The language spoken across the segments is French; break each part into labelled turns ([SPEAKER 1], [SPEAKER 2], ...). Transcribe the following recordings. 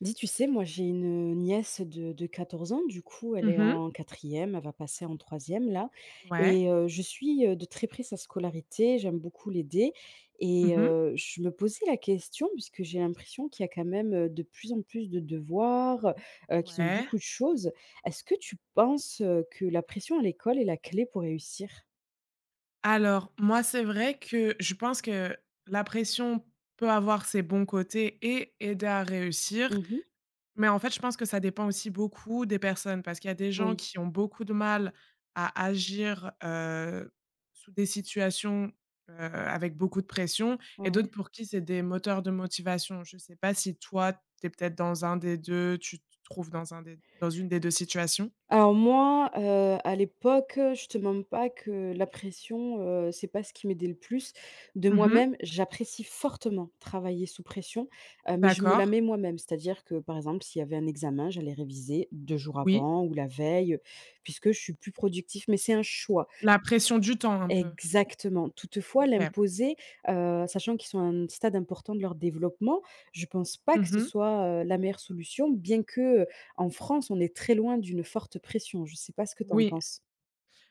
[SPEAKER 1] Dis, tu sais, moi j'ai une nièce de 14 ans. Du coup, elle
[SPEAKER 2] Mmh
[SPEAKER 1] est
[SPEAKER 2] mh.
[SPEAKER 1] en quatrième, elle va passer en troisième là.
[SPEAKER 2] Ouais.
[SPEAKER 1] Et je suis de très près sa scolarité, j'aime beaucoup l'aider. Et
[SPEAKER 2] Mmh mh.
[SPEAKER 1] je me posais la question puisque j'ai l'impression qu'il y a quand même de plus en plus de devoirs qu'ils ont
[SPEAKER 2] Ouais.
[SPEAKER 1] beaucoup de choses. Est-ce que tu penses que la pression à l'école est la clé pour réussir?
[SPEAKER 2] Alors moi, c'est vrai que je pense que la pression peut avoir ses bons côtés et aider à réussir,
[SPEAKER 1] Mmh mh.
[SPEAKER 2] mais en fait, je pense que ça dépend aussi beaucoup des personnes parce qu'il y a des gens
[SPEAKER 1] Oui.
[SPEAKER 2] qui ont beaucoup de mal à agir, sous des situations, avec beaucoup de pression et d'autres
[SPEAKER 1] Ouais.
[SPEAKER 2] pour qui c'est des moteurs de motivation. Je sais pas si toi, tu es peut-être dans un des 2, tu te trouves dans une des deux situations?
[SPEAKER 1] Alors moi à l'époque, je te mens pas que la pression c'est pas ce qui m'aidait le plus. De
[SPEAKER 2] Mmh mh.
[SPEAKER 1] moi-même, j'apprécie fortement travailler sous pression mais je me la
[SPEAKER 2] D'accord.
[SPEAKER 1] mets moi-même. C'est-à-dire que, par exemple, s'il y avait un examen, j'allais réviser 2 jours
[SPEAKER 2] Oui.
[SPEAKER 1] avant ou la veille, puisque je suis plus productif, mais c'est un choix.
[SPEAKER 2] La pression du temps un peu?
[SPEAKER 1] Exactement. Toutefois,
[SPEAKER 2] OK.
[SPEAKER 1] l'imposer sachant qu'ils sont à un stade important de leur développement, je pense pas que
[SPEAKER 2] Mmh
[SPEAKER 1] ce
[SPEAKER 2] mh.
[SPEAKER 1] soit la meilleure solution, bien que en France, on est très loin d'une forte pression. Je sais pas ce que tu en
[SPEAKER 2] Oui,
[SPEAKER 1] penses?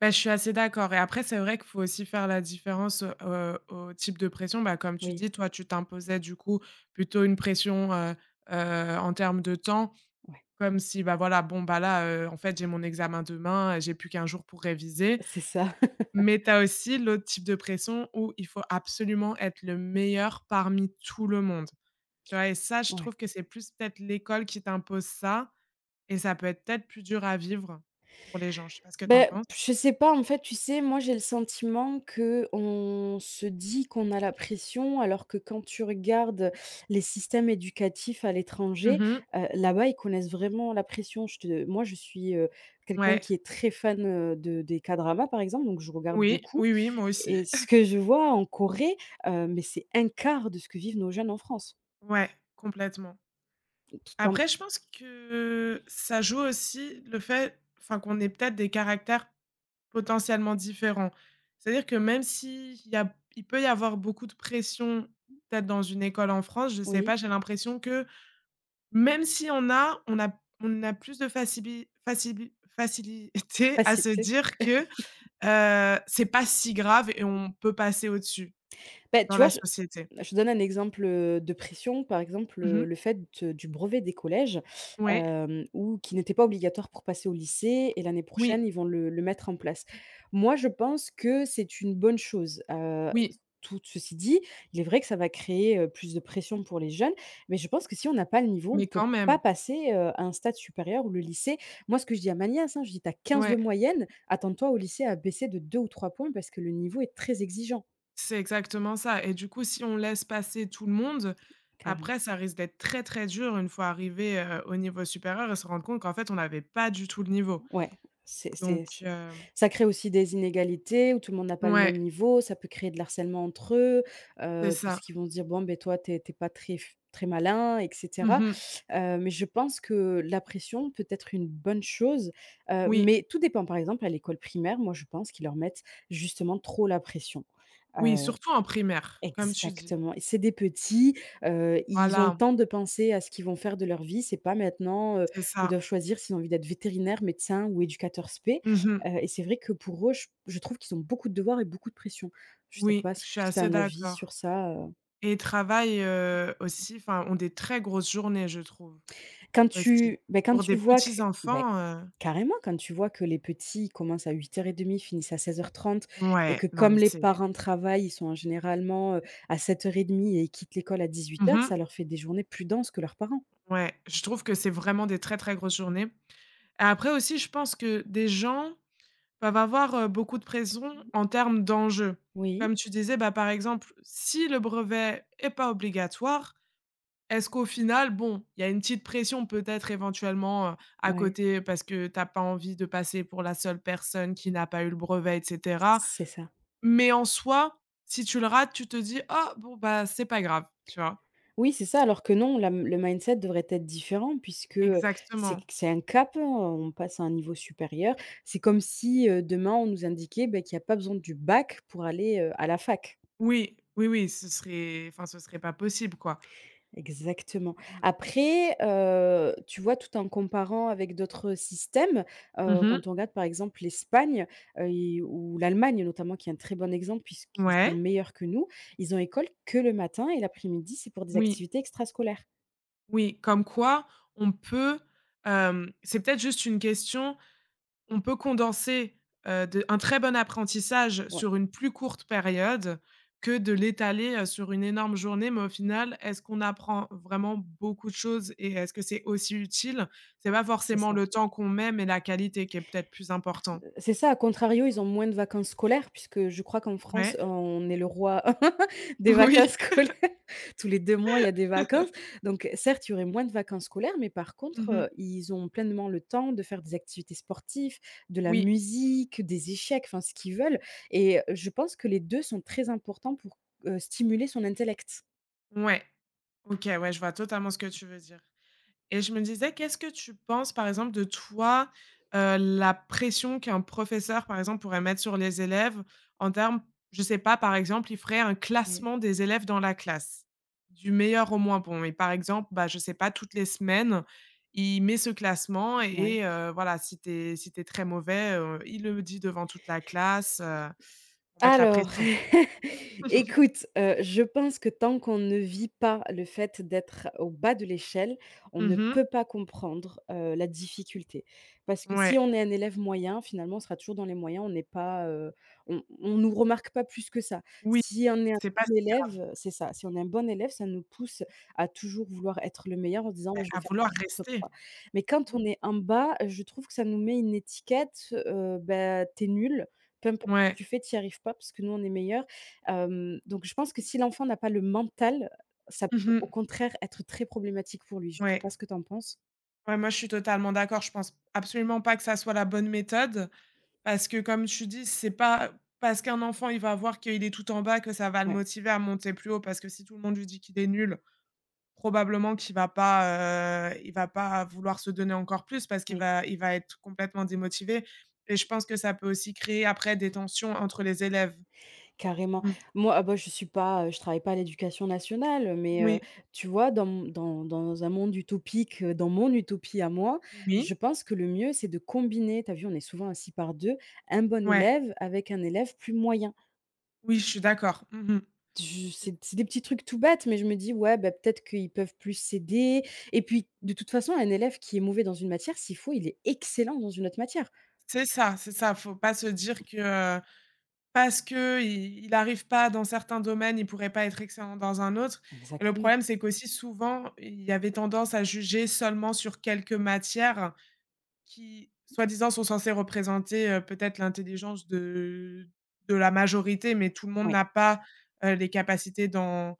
[SPEAKER 2] bah, je suis assez d'accord et après c'est vrai qu'il faut aussi faire la différence, au type de pression. Bah, comme tu
[SPEAKER 1] Oui,
[SPEAKER 2] dis, toi, tu t'imposais du coup plutôt une pression, en termes de temps,
[SPEAKER 1] ouais,
[SPEAKER 2] comme si, bah, voilà, bon, bah, là, en fait, j'ai mon examen demain, j'ai plus qu'un jour pour réviser.
[SPEAKER 1] c'est ça,
[SPEAKER 2] Mais tu as aussi l'autre type de pression où il faut absolument être le meilleur parmi tout le monde, tu vois? Et ça, je
[SPEAKER 1] ouais.
[SPEAKER 2] trouve que c'est plus peut-être l'école qui t'impose ça. Et ça peut être peut-être plus dur à vivre pour les gens. Je sais pas ce que tu en
[SPEAKER 1] Ben
[SPEAKER 2] penses?
[SPEAKER 1] je sais pas, en fait, tu sais, moi, j'ai le sentiment que on se dit qu'on a la pression, alors que quand tu regardes les systèmes éducatifs à l'étranger
[SPEAKER 2] Mmh mh.
[SPEAKER 1] là-bas, ils connaissent vraiment la pression. Je te Moi, je suis, quelqu'un
[SPEAKER 2] Ouais.
[SPEAKER 1] qui est très fan, de des K-dramas, par exemple, donc je regarde
[SPEAKER 2] Oui,
[SPEAKER 1] beaucoup.
[SPEAKER 2] oui, oui, moi aussi.
[SPEAKER 1] Et ce que je vois en Corée mais c'est un quart de ce que vivent nos jeunes en France.
[SPEAKER 2] Ouais, complètement.
[SPEAKER 1] Tout en
[SPEAKER 2] Après, je pense que ça joue aussi le fait, enfin, qu'on ait peut-être des caractères potentiellement différents. C'est-à-dire que même s'il y a il peut y avoir beaucoup de pression, peut-être dans une école en France, je sais
[SPEAKER 1] oui?
[SPEAKER 2] pas, j'ai l'impression que même si on a plus de facilité
[SPEAKER 1] Bah,
[SPEAKER 2] à se
[SPEAKER 1] c'était
[SPEAKER 2] dire que c'est pas si grave et on peut passer au-dessus
[SPEAKER 1] bah,
[SPEAKER 2] dans
[SPEAKER 1] tu vois,
[SPEAKER 2] la
[SPEAKER 1] je
[SPEAKER 2] société.
[SPEAKER 1] je donne un exemple de pression, par exemple
[SPEAKER 2] Mmh mh.
[SPEAKER 1] le fait du brevet des collèges.
[SPEAKER 2] Ouais.
[SPEAKER 1] Ou qui n'était pas obligatoire pour passer au lycée, et l'année prochaine,
[SPEAKER 2] Oui,
[SPEAKER 1] ils vont le mettre en place. Moi, je pense que c'est une bonne chose
[SPEAKER 2] oui,
[SPEAKER 1] tout ceci dit, il est vrai que ça va créer plus de pression pour les jeunes, mais je pense que si on n'a pas le niveau, on ne
[SPEAKER 2] mais
[SPEAKER 1] peut
[SPEAKER 2] quand
[SPEAKER 1] pas
[SPEAKER 2] même.
[SPEAKER 1] passer à un stade supérieur ou le lycée. Moi, ce que je dis à ma nièce, hein, je dis: «Tu as 15 de
[SPEAKER 2] Ouais,
[SPEAKER 1] moyenne, attends-toi au lycée à baisser de 2 ou 3 points parce que le niveau est très exigeant».
[SPEAKER 2] c'est exactement ça et du coup, si on laisse passer tout le monde, après ça risque d'être très, très dur une fois arrivé, au niveau supérieur et se rendre compte qu'en fait, on n'avait pas du tout le niveau.
[SPEAKER 1] Ouais,
[SPEAKER 2] Donc
[SPEAKER 1] c'est
[SPEAKER 2] heu,
[SPEAKER 1] ça crée aussi des inégalités où tout le monde n'a pas le même
[SPEAKER 2] ouais,
[SPEAKER 1] niveau, ça peut créer de l'harcèlement entre eux
[SPEAKER 2] c'est ça.
[SPEAKER 1] puisqu'ils vont se dire: «Bon, ben toi, t'es es pas très malin», et
[SPEAKER 2] Mmh
[SPEAKER 1] cetera.
[SPEAKER 2] mh.
[SPEAKER 1] Mais je pense que la pression peut être une bonne chose
[SPEAKER 2] Oui,
[SPEAKER 1] mais tout dépend. Par exemple, à l'école primaire, moi, je pense qu'ils leur mettent justement trop la pression.
[SPEAKER 2] oui, surtout en primaire, comme tu dis.
[SPEAKER 1] Exactement, et c'est des petits ils ont le
[SPEAKER 2] Voilà,
[SPEAKER 1] temps de penser à ce qu'ils vont faire de leur vie. C'est pas maintenant
[SPEAKER 2] c'est
[SPEAKER 1] ils
[SPEAKER 2] ça.
[SPEAKER 1] doivent choisir s'ils ont envie d'être vétérinaire, médecin ou éducateur spé.
[SPEAKER 2] Mmh mh.
[SPEAKER 1] Et c'est vrai que pour eux, je trouve qu'ils ont beaucoup de devoirs et beaucoup de pression. Je sais
[SPEAKER 2] Oui,
[SPEAKER 1] pas si
[SPEAKER 2] je suis
[SPEAKER 1] tu as
[SPEAKER 2] assez
[SPEAKER 1] un avis sur
[SPEAKER 2] d'accord.
[SPEAKER 1] ça?
[SPEAKER 2] Et travaillent, aussi, enfin, ont des très grosses journées, je trouve, aussi.
[SPEAKER 1] Quand
[SPEAKER 2] Pour
[SPEAKER 1] tu
[SPEAKER 2] des
[SPEAKER 1] vois que
[SPEAKER 2] petits
[SPEAKER 1] beh,
[SPEAKER 2] enfants,
[SPEAKER 1] carrément, quand tu vois que les petits, ils commencent à 8h30, finissent à 16h30, et
[SPEAKER 2] ouais,
[SPEAKER 1] que
[SPEAKER 2] non, mais
[SPEAKER 1] comme les
[SPEAKER 2] c'est.
[SPEAKER 1] parents travaillent, ils sont généralement à 7h30 et ils quittent l'école à dix-huit
[SPEAKER 2] Mmh
[SPEAKER 1] heures,
[SPEAKER 2] mh.
[SPEAKER 1] ça leur fait des journées plus denses que leurs parents.
[SPEAKER 2] Ouais, je trouve que c'est vraiment des très, très grosses journées. Et après aussi, je pense que des gens peuvent avoir, beaucoup de pression en termes d'enjeux.
[SPEAKER 1] Oui,
[SPEAKER 2] Comme tu disais, bah, par exemple, si le brevet est pas obligatoire, est-ce qu'au final, bon, il y a une petite pression peut-être éventuellement, à
[SPEAKER 1] ouais,
[SPEAKER 2] côté parce que tu as pas envie de passer pour la seule personne qui n'a pas eu le brevet et cetera.
[SPEAKER 1] c'est ça.
[SPEAKER 2] Mais en soi, si tu le rates, tu te dis: «Ah bon, bah, c'est pas grave», tu vois?
[SPEAKER 1] Oui, c'est ça, alors que non, la le mindset devrait être différent puisque c'est
[SPEAKER 2] Exactement.
[SPEAKER 1] c'est un cap on passe à un niveau supérieur. C'est comme si demain, on nous indiquait, beh, qu'il y a pas besoin du bac pour aller à la fac.
[SPEAKER 2] Oui, oui, oui, ce serait enfin, ce serait pas possible, quoi.
[SPEAKER 1] Exactement.
[SPEAKER 2] Mmh.
[SPEAKER 1] Après tu vois, tout en comparant avec d'autres systèmes
[SPEAKER 2] Mmh mh.
[SPEAKER 1] quand on regarde, par exemple, l'Espagne i ou l'Allemagne notamment, qui est un très bon exemple puisqu'ils sont
[SPEAKER 2] Ouais.
[SPEAKER 1] meilleurs que nous, ils ont école que le matin et l'après-midi, c'est pour des
[SPEAKER 2] Oui,
[SPEAKER 1] activités extrascolaires.
[SPEAKER 2] oui, comme quoi on peut, c'est peut-être juste une question. On peut condenser, de un très bon apprentissage
[SPEAKER 1] Ouais.
[SPEAKER 2] sur une plus courte période que de l'étaler, sur une énorme journée, mais au final, est-ce qu'on apprend vraiment beaucoup de choses et est-ce que c'est aussi utile? C'est pas
[SPEAKER 1] C'est
[SPEAKER 2] forcément
[SPEAKER 1] ça.
[SPEAKER 2] le temps qu'on met, mais la qualité qui est peut-être plus important.
[SPEAKER 1] C'est ça, à contrario, ils ont moins de vacances scolaires puisque je crois qu'en France,
[SPEAKER 2] Ouais.
[SPEAKER 1] on est le roi des
[SPEAKER 2] Oui.
[SPEAKER 1] vacances scolaires. Tous les 2 mois, il y a des vacances. Donc certes, il y aurait moins de vacances scolaires, mais par contre
[SPEAKER 2] Mmh.
[SPEAKER 1] ils ont pleinement le temps de faire des activités sportives, de la
[SPEAKER 2] Oui.
[SPEAKER 1] musique, des échecs, enfin ce qu'ils veulent, et je pense que les 2 sont très importants pour stimuler son intellect.
[SPEAKER 2] Ouais. OK, ouais, je vois totalement ce que tu veux dire. Et je me disais, qu'est-ce que tu penses, par exemple, de toi, la pression qu'un professeur, par exemple, pourrait mettre sur les élèves en termes, je sais pas, par exemple, il ferait un
[SPEAKER 1] Ouais.
[SPEAKER 2] classement des élèves dans la classe, du meilleur au moins bon et par exemple, bah, je sais pas, toutes les semaines, il met ce classement
[SPEAKER 1] Ouais.
[SPEAKER 2] et voilà, si t'es très mauvais, il le dit devant toute la classe, pour mettre la
[SPEAKER 1] Alors,
[SPEAKER 2] pression.
[SPEAKER 1] écoute je pense que tant qu'on ne vit pas le fait d'être au bas de l'échelle, on ne
[SPEAKER 2] Mmh.
[SPEAKER 1] peut pas comprendre la difficulté. Parce que si
[SPEAKER 2] Ouais.
[SPEAKER 1] on est un élève moyen, finalement, on sera toujours dans les moyens, on n'est pas on nous remarque pas plus que ça.
[SPEAKER 2] Oui,
[SPEAKER 1] Si on est un
[SPEAKER 2] c'est pas
[SPEAKER 1] bon
[SPEAKER 2] si grave.
[SPEAKER 1] élève c'est ça, Si on est un bon élève, ça nous pousse à toujours vouloir être le meilleur en se disant: «Je vais
[SPEAKER 2] À
[SPEAKER 1] faire
[SPEAKER 2] vouloir
[SPEAKER 1] n'importe quoi».
[SPEAKER 2] rester.
[SPEAKER 1] Mais quand
[SPEAKER 2] Mmh.
[SPEAKER 1] on est en bas, je trouve que ça nous met une étiquette bah, tu nul, peu
[SPEAKER 2] Ouais.
[SPEAKER 1] tu fais, tu y arrives pas parce que nous, on est meilleurs. Donc je pense que si l'enfant n'a pas le mental, ça peut au
[SPEAKER 2] Mmh.
[SPEAKER 1] contraire être très problématique pour lui. Je ne sais
[SPEAKER 2] Ouais.
[SPEAKER 1] pas ce que tu en penses?
[SPEAKER 2] Ouais, moi, je suis totalement d'accord. Je pense absolument pas que ça soit la bonne méthode parce que, comme tu dis, c'est pas parce qu'un enfant, il va voir qu'il est tout en bas que ça va le
[SPEAKER 1] Ouais,
[SPEAKER 2] motiver à monter plus haut parce que si tout le monde lui dit qu'il est nul, probablement qu'il va pas, il va pas vouloir se donner encore plus parce qu'il
[SPEAKER 1] oui,
[SPEAKER 2] va il va être complètement démotivé et je pense que ça peut aussi créer après des tensions entre les élèves.
[SPEAKER 1] carrément.
[SPEAKER 2] Mmh.
[SPEAKER 1] Moi, ah bah, je suis pas, je travaille pas à l'éducation nationale, mais
[SPEAKER 2] Oui,
[SPEAKER 1] tu vois, dans un monde utopique dans mon utopie à moi,
[SPEAKER 2] oui,
[SPEAKER 1] je pense que le mieux, c'est de combiner, tu as vu, on est souvent à par 2, un bon
[SPEAKER 2] ouais,
[SPEAKER 1] élève avec un élève plus moyen.
[SPEAKER 2] oui, je suis d'accord. Mmh.
[SPEAKER 1] Je
[SPEAKER 2] C'est
[SPEAKER 1] C'est des petits trucs tout bêtes, mais je me dis: «Ouais, bah, peut-être qu'ils peuvent plus s'aider», et puis, de toute façon, un élève qui est mauvais dans une matière, s'il faut, il est excellent dans une autre matière.
[SPEAKER 2] c'est ça, c'est ça. Faut pas se dire que Parce qu'il arrive pas dans certains domaines, il pourrait pas être excellent dans un autre et le
[SPEAKER 1] Exactement.
[SPEAKER 2] problème, c'est qu'aussi souvent, il y avait tendance à juger seulement sur quelques matières qui, soi-disant, sont censées représenter, peut-être l'intelligence de la majorité, mais tout le monde
[SPEAKER 1] Ouais.
[SPEAKER 2] n'a pas, les capacités dans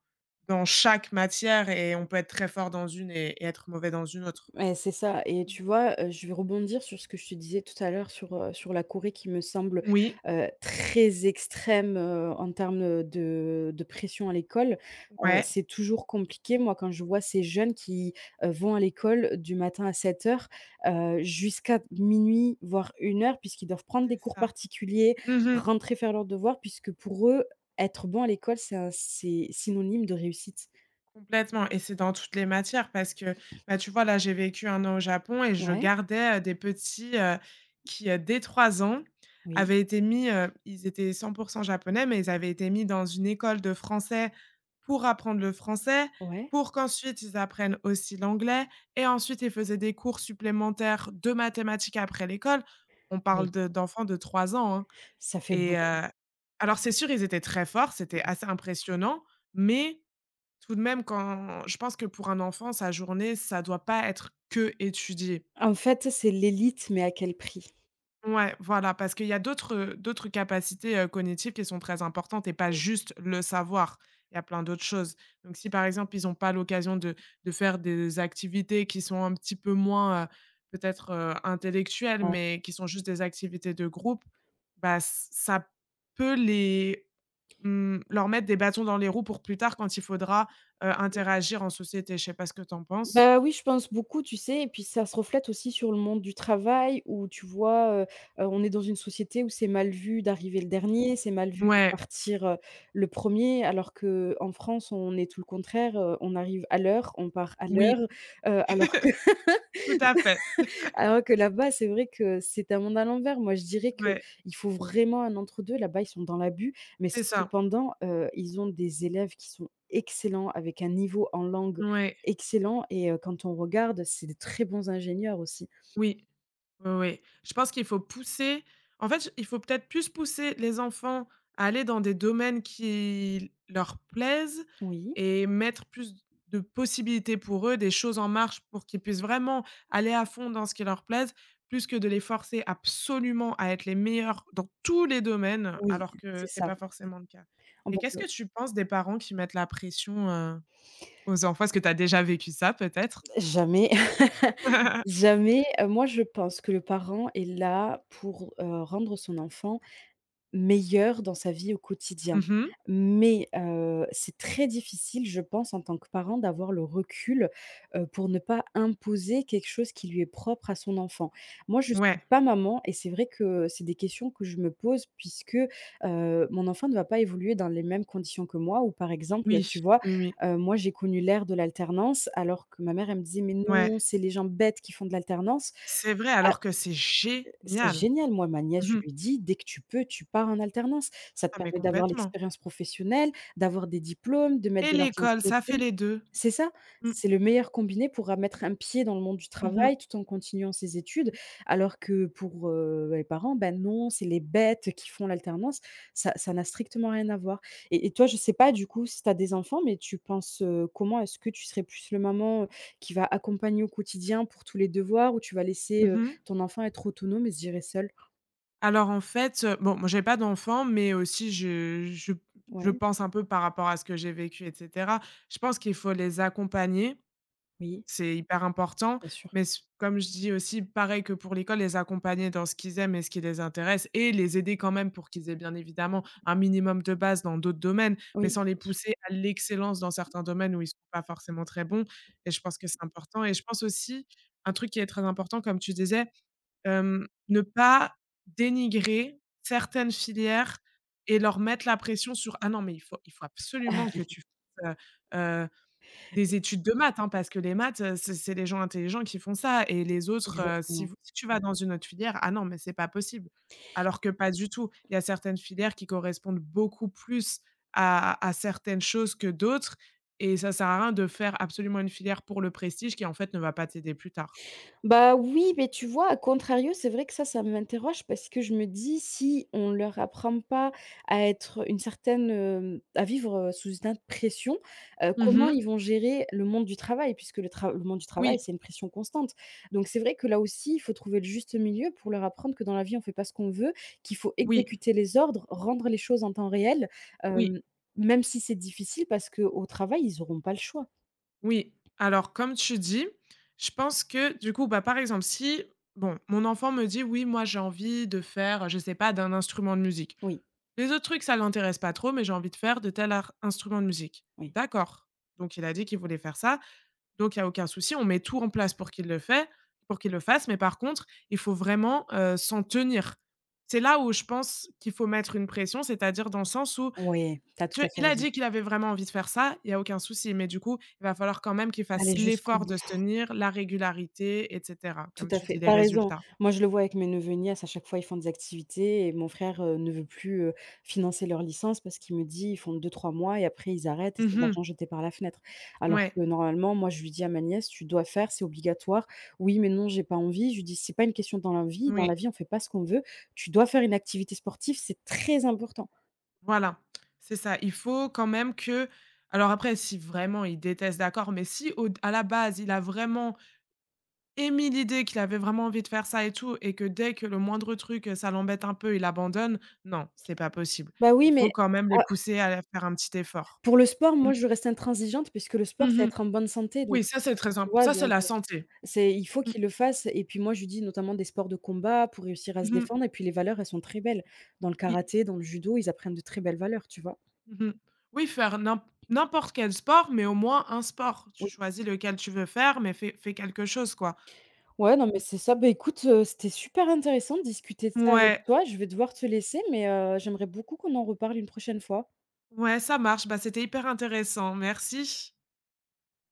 [SPEAKER 2] dans chaque matière et on peut être très fort dans une et être mauvais dans une autre.
[SPEAKER 1] Ouais, c'est ça, et tu vois je vais rebondir sur ce que je te disais tout à l'heure sur sur la Corée qui me semble
[SPEAKER 2] Oui,
[SPEAKER 1] très extrême en termes, de pression à l'école.
[SPEAKER 2] ouais,
[SPEAKER 1] C'est toujours compliqué. Moi, quand je vois ces jeunes qui vont à l'école du matin à 7h jusqu'à minuit, voire 1h, puisqu'ils doivent prendre
[SPEAKER 2] c'est
[SPEAKER 1] des cours
[SPEAKER 2] ça.
[SPEAKER 1] particuliers,
[SPEAKER 2] Mmh.
[SPEAKER 1] rentrer faire leurs devoirs puisque pour eux, être bon à l'école, c'est synonyme de réussite.
[SPEAKER 2] Complètement et c'est dans toutes les matières parce que, bah, tu vois, là, j'ai vécu un an au Japon et je
[SPEAKER 1] Ouais,
[SPEAKER 2] gardais, des petits, qui, dès 3 ans,
[SPEAKER 1] oui,
[SPEAKER 2] avaient été mis, ils étaient 100% japonais, mais ils avaient été mis dans une école de français pour apprendre le français,
[SPEAKER 1] ouais,
[SPEAKER 2] pour qu'ensuite ils apprennent aussi l'anglais et ensuite ils faisaient des cours supplémentaires de mathématiques après l'école. On parle
[SPEAKER 1] oui.
[SPEAKER 2] de d'enfants de 3 ans, hein,
[SPEAKER 1] Ça fait
[SPEAKER 2] et
[SPEAKER 1] beaucoup.
[SPEAKER 2] alors c'est sûr, ils étaient très forts, c'était assez impressionnant, mais tout de même, quand je pense que pour un enfant, sa journée, ça doit pas être que étudier.
[SPEAKER 1] En fait, c'est l'élite, mais à quel prix?
[SPEAKER 2] Ouais, voilà, parce qu'il y a d'autres, d'autres capacités, cognitives qui sont très importantes et pas
[SPEAKER 1] Oui.
[SPEAKER 2] juste le savoir. Il y a plein d'autres choses. Donc si, par exemple, ils ont pas l'occasion de faire des activités qui sont un petit peu moins, peut-être, intellectuelles,
[SPEAKER 1] Ouais.
[SPEAKER 2] mais qui sont juste des activités de groupe, bah, ç ça peut leur mettre des bâtons dans les roues pour plus tard quand il faudra, interagir en société. Je sais pas ce que tu en penses?
[SPEAKER 1] Bah, oui, je pense beaucoup, tu sais? Et puis ça se reflète aussi sur le monde du travail où tu vois on est dans une société où c'est mal vu d'arriver le dernier, c'est mal vu de
[SPEAKER 2] Ouais,
[SPEAKER 1] partir le premier, alors que en France, on est tout le contraire on arrive à l'heure, on part à
[SPEAKER 2] oui,
[SPEAKER 1] l'heure, heu, alors que
[SPEAKER 2] tout à fait.
[SPEAKER 1] Alors que là-bas, c'est vrai que c'est un monde à l'envers. Moi, je dirais
[SPEAKER 2] Ouais,
[SPEAKER 1] qu'il faut vraiment un entre-deux. Là-bas, ils sont dans l'abus, mais
[SPEAKER 2] c'est ça.
[SPEAKER 1] cependant ils ont des élèves qui sont excellents, avec un niveau en langue
[SPEAKER 2] Ouais,
[SPEAKER 1] excellent, et quand on regarde, c'est des très bons ingénieurs aussi.
[SPEAKER 2] oui. Oui, oui. Je pense qu'il faut pousser En fait, il faut peut-être plus pousser les enfants à aller dans des domaines qui leur plaisent
[SPEAKER 1] Oui.
[SPEAKER 2] et mettre plus de possibilités pour eux, des choses en marche pour qu'ils puissent vraiment aller à fond dans ce qui leur plaise, plus que de les forcer absolument à être les meilleurs dans tous les domaines,
[SPEAKER 1] Oui,
[SPEAKER 2] alors que
[SPEAKER 1] c'est
[SPEAKER 2] c'est
[SPEAKER 1] ça.
[SPEAKER 2] pas forcément le cas.
[SPEAKER 1] On
[SPEAKER 2] Et
[SPEAKER 1] peut
[SPEAKER 2] qu'est-ce que
[SPEAKER 1] pas
[SPEAKER 2] tu penses des parents qui mettent la pression, aux enfants? Est-ce que tu as déjà vécu ça peut-être?
[SPEAKER 1] Jamais, jamais. Moi, je pense que le parent est là pour rendre son enfant meilleur dans sa vie au quotidien.
[SPEAKER 2] Mmh.
[SPEAKER 1] Mais c'est très difficile, je pense, en tant que parent d'avoir le recul pour ne pas imposer quelque chose qui lui est propre à son enfant. Moi, je ne
[SPEAKER 2] Ouais.
[SPEAKER 1] suis pas maman, et c'est vrai que c'est des questions que je me pose puisque mon enfant ne va pas évoluer dans les mêmes conditions que moi, ou par exemple,
[SPEAKER 2] Oui.
[SPEAKER 1] tu vois
[SPEAKER 2] Oui, oui.
[SPEAKER 1] moi, j'ai connu l'ère de l'alternance alors que ma mère, elle me disait: «Mais
[SPEAKER 2] Ouais.
[SPEAKER 1] non, c'est les gens bêtes qui font de l'alternance».
[SPEAKER 2] C'est vrai, alors que c'est
[SPEAKER 1] C'est
[SPEAKER 2] génial.
[SPEAKER 1] génial. Moi, ma nièce,
[SPEAKER 2] Mmh
[SPEAKER 1] je
[SPEAKER 2] mh.
[SPEAKER 1] lui dis: «Dès que tu peux, tu pars en alternance. Ça te
[SPEAKER 2] Ah mais
[SPEAKER 1] permet d'avoir
[SPEAKER 2] complètement,
[SPEAKER 1] l'expérience professionnelle, d'avoir des diplômes, de mettre
[SPEAKER 2] et
[SPEAKER 1] de l'argent de
[SPEAKER 2] l'école, ça
[SPEAKER 1] côté».
[SPEAKER 2] fait les 2.
[SPEAKER 1] C'est ça,
[SPEAKER 2] Mmh.
[SPEAKER 1] c'est le meilleur combiné pour, à mettre un pied dans le monde du
[SPEAKER 2] Mmh mh.
[SPEAKER 1] travail tout en continuant ses études. Alors que pour les parents, ben non, c'est les bêtes qui font l'alternance. Ça ça n'a strictement rien à voir. Et toi, je sais pas du coup si tu as des enfants, mais tu penses comment? Est-ce que tu serais plus le maman qui va accompagner au quotidien pour tous les devoirs, ou tu vas laisser
[SPEAKER 2] Mmh mh.
[SPEAKER 1] ton enfant être autonome et se gérer seul.
[SPEAKER 2] Alors en fait, bon, moi j'ai pas d'enfant, mais aussi je
[SPEAKER 1] Ouais,
[SPEAKER 2] pense un peu par rapport à ce que j'ai vécu et cetera. Je pense qu'il faut les accompagner.
[SPEAKER 1] oui,
[SPEAKER 2] C'est hyper important,
[SPEAKER 1] bien sûr.
[SPEAKER 2] mais c comme je dis aussi, pareil que pour l'école, les accompagner dans ce qu'ils aiment et ce qui les intéresse et les aider quand même pour qu'ils aient bien évidemment un minimum de base dans d'autres domaines, mais
[SPEAKER 1] Oui.
[SPEAKER 2] sans les pousser à l'excellence dans certains domaines où ils ne sont pas forcément très bons et je pense que c'est important et je pense aussi, un truc qui est très important comme tu disais, ne pas dénigrer certaines filières et leur mettre la pression sur: «Ah non, mais il faut absolument que tu fasses, des études de maths, hein, parce que les maths, c'est les gens intelligents qui font ça et les autres, si
[SPEAKER 1] Exactement.
[SPEAKER 2] vous si tu vas dans une autre filière, ah non, mais c'est pas possible. Alors que pas du tout. Il y a certaines filières qui correspondent beaucoup plus à certaines choses que d'autres et ça sert à rien de faire absolument une filière pour le prestige qui, en fait, ne va pas t'aider plus tard.
[SPEAKER 1] Bah, oui, mais tu vois, à contrario, c'est vrai que ça m'interroge parce que je me dis: «Si on leur apprend pas à être une certaine, hem, à vivre sous une pression
[SPEAKER 2] Mmh
[SPEAKER 1] comment
[SPEAKER 2] mh.
[SPEAKER 1] ils vont gérer le monde du travail?», puisque le monde du travail,
[SPEAKER 2] Oui,
[SPEAKER 1] c'est une pression constante. Donc c'est vrai que là aussi, il faut trouver le juste milieu pour leur apprendre que dans la vie, on fait pas ce qu'on veut, qu'il faut
[SPEAKER 2] oui,
[SPEAKER 1] exécuter les ordres, rendre les choses en temps réel,
[SPEAKER 2] oui,
[SPEAKER 1] hem, même si c'est difficile parce qu'au travail, ils n'auront pas le choix.
[SPEAKER 2] oui. Alors comme tu dis, je pense que du coup, bah, par exemple, si bon, mon enfant me dit: «Oui, moi, j'ai envie de faire, je sais pas, d'un instrument de musique».
[SPEAKER 1] Oui,
[SPEAKER 2] Les autres trucs, ça l'intéresse pas trop, mais j'ai envie de faire de tel ar instrument de musique.
[SPEAKER 1] oui.
[SPEAKER 2] D'accord. Donc il a dit qu'il voulait faire ça, donc il y a aucun souci, on met tout en place pour qu'il le fasse, mais par contre, il faut vraiment, s'en tenir. C'est là où je pense qu'il faut mettre une pression, c'est-à-dire dans le sens où,
[SPEAKER 1] Oui, tu as
[SPEAKER 2] tu
[SPEAKER 1] tout à
[SPEAKER 2] vois,
[SPEAKER 1] fait
[SPEAKER 2] il a
[SPEAKER 1] raison.
[SPEAKER 2] dit qu'il avait vraiment envie de faire ça, il y a aucun souci, mais du coup, il va falloir quand même qu'il fasse
[SPEAKER 1] Aller jusqu'au
[SPEAKER 2] l'effort
[SPEAKER 1] bout.
[SPEAKER 2] de se tenir, la régularité et cetera,
[SPEAKER 1] Tout
[SPEAKER 2] comme
[SPEAKER 1] à
[SPEAKER 2] tu dis,
[SPEAKER 1] fait,
[SPEAKER 2] les
[SPEAKER 1] t'as raison.
[SPEAKER 2] résultats.
[SPEAKER 1] Moi, je le vois avec mes neveux et nièces, à chaque fois, ils font des activités et mon frère ne veut plus financer leur licence parce qu'il me dit: «Ils font 2 ou 3 mois et après ils arrêtent et c'est de
[SPEAKER 2] Mmh.
[SPEAKER 1] l'argent jeté par la fenêtre». Alors
[SPEAKER 2] Ouais,
[SPEAKER 1] que normalement, moi, je lui dis à ma nièce: «Tu dois faire, c'est obligatoire». «Oui, mais non, j'ai pas envie». Je lui dis: «C'est pas une question, dans la
[SPEAKER 2] oui.
[SPEAKER 1] vie, on fait pas ce qu'on veut. Tu dois faire une activité sportive, c'est très important».
[SPEAKER 2] Voilà, c'est ça. Il faut quand même que, alors après si vraiment il déteste, d'accord, mais si au à la base, il a vraiment émis l'idée qu'il avait vraiment envie de faire ça et tout et que dès que le moindre truc, ça l'embête un peu, il abandonne, non, c'est pas possible.
[SPEAKER 1] «Bah oui,
[SPEAKER 2] Il
[SPEAKER 1] mais
[SPEAKER 2] faut quand même les
[SPEAKER 1] ah»,
[SPEAKER 2] pousser à faire un petit effort.
[SPEAKER 1] pour le sport,
[SPEAKER 2] Mmh.
[SPEAKER 1] moi, je reste intransigeante puisque le sport, c'est
[SPEAKER 2] Mmh.
[SPEAKER 1] être en bonne santé, donc
[SPEAKER 2] Oui, ça, c'est très
[SPEAKER 1] tu
[SPEAKER 2] simple.
[SPEAKER 1] vois?
[SPEAKER 2] Ça, c'est
[SPEAKER 1] Donc
[SPEAKER 2] la santé.
[SPEAKER 1] C'est il faut
[SPEAKER 2] Mmh.
[SPEAKER 1] qu'il le fasse, et puis moi, je lui dis notamment des sports de combat pour réussir à se
[SPEAKER 2] Mmh.
[SPEAKER 1] défendre, et puis les valeurs, elles sont très belles. Dans le
[SPEAKER 2] Oui.
[SPEAKER 1] karaté, dans le judo, ils apprennent de très belles valeurs, tu vois?
[SPEAKER 2] Mmh. Oui, faire n'importe quel sport, mais au moins un sport. Tu
[SPEAKER 1] Oui.
[SPEAKER 2] choisis lequel tu veux faire, mais fais quelque chose, quoi.
[SPEAKER 1] Ouais, non, mais
[SPEAKER 2] Mmh.
[SPEAKER 1] c'est ça. Bah, écoute c'était super intéressant de discuter de ça avec
[SPEAKER 2] Ouais.
[SPEAKER 1] toi. Je vais devoir te laisser, mais j'aimerais beaucoup qu'on en reparle une prochaine fois.
[SPEAKER 2] Ouais, ça marche. Bah, c'était hyper intéressant. Merci.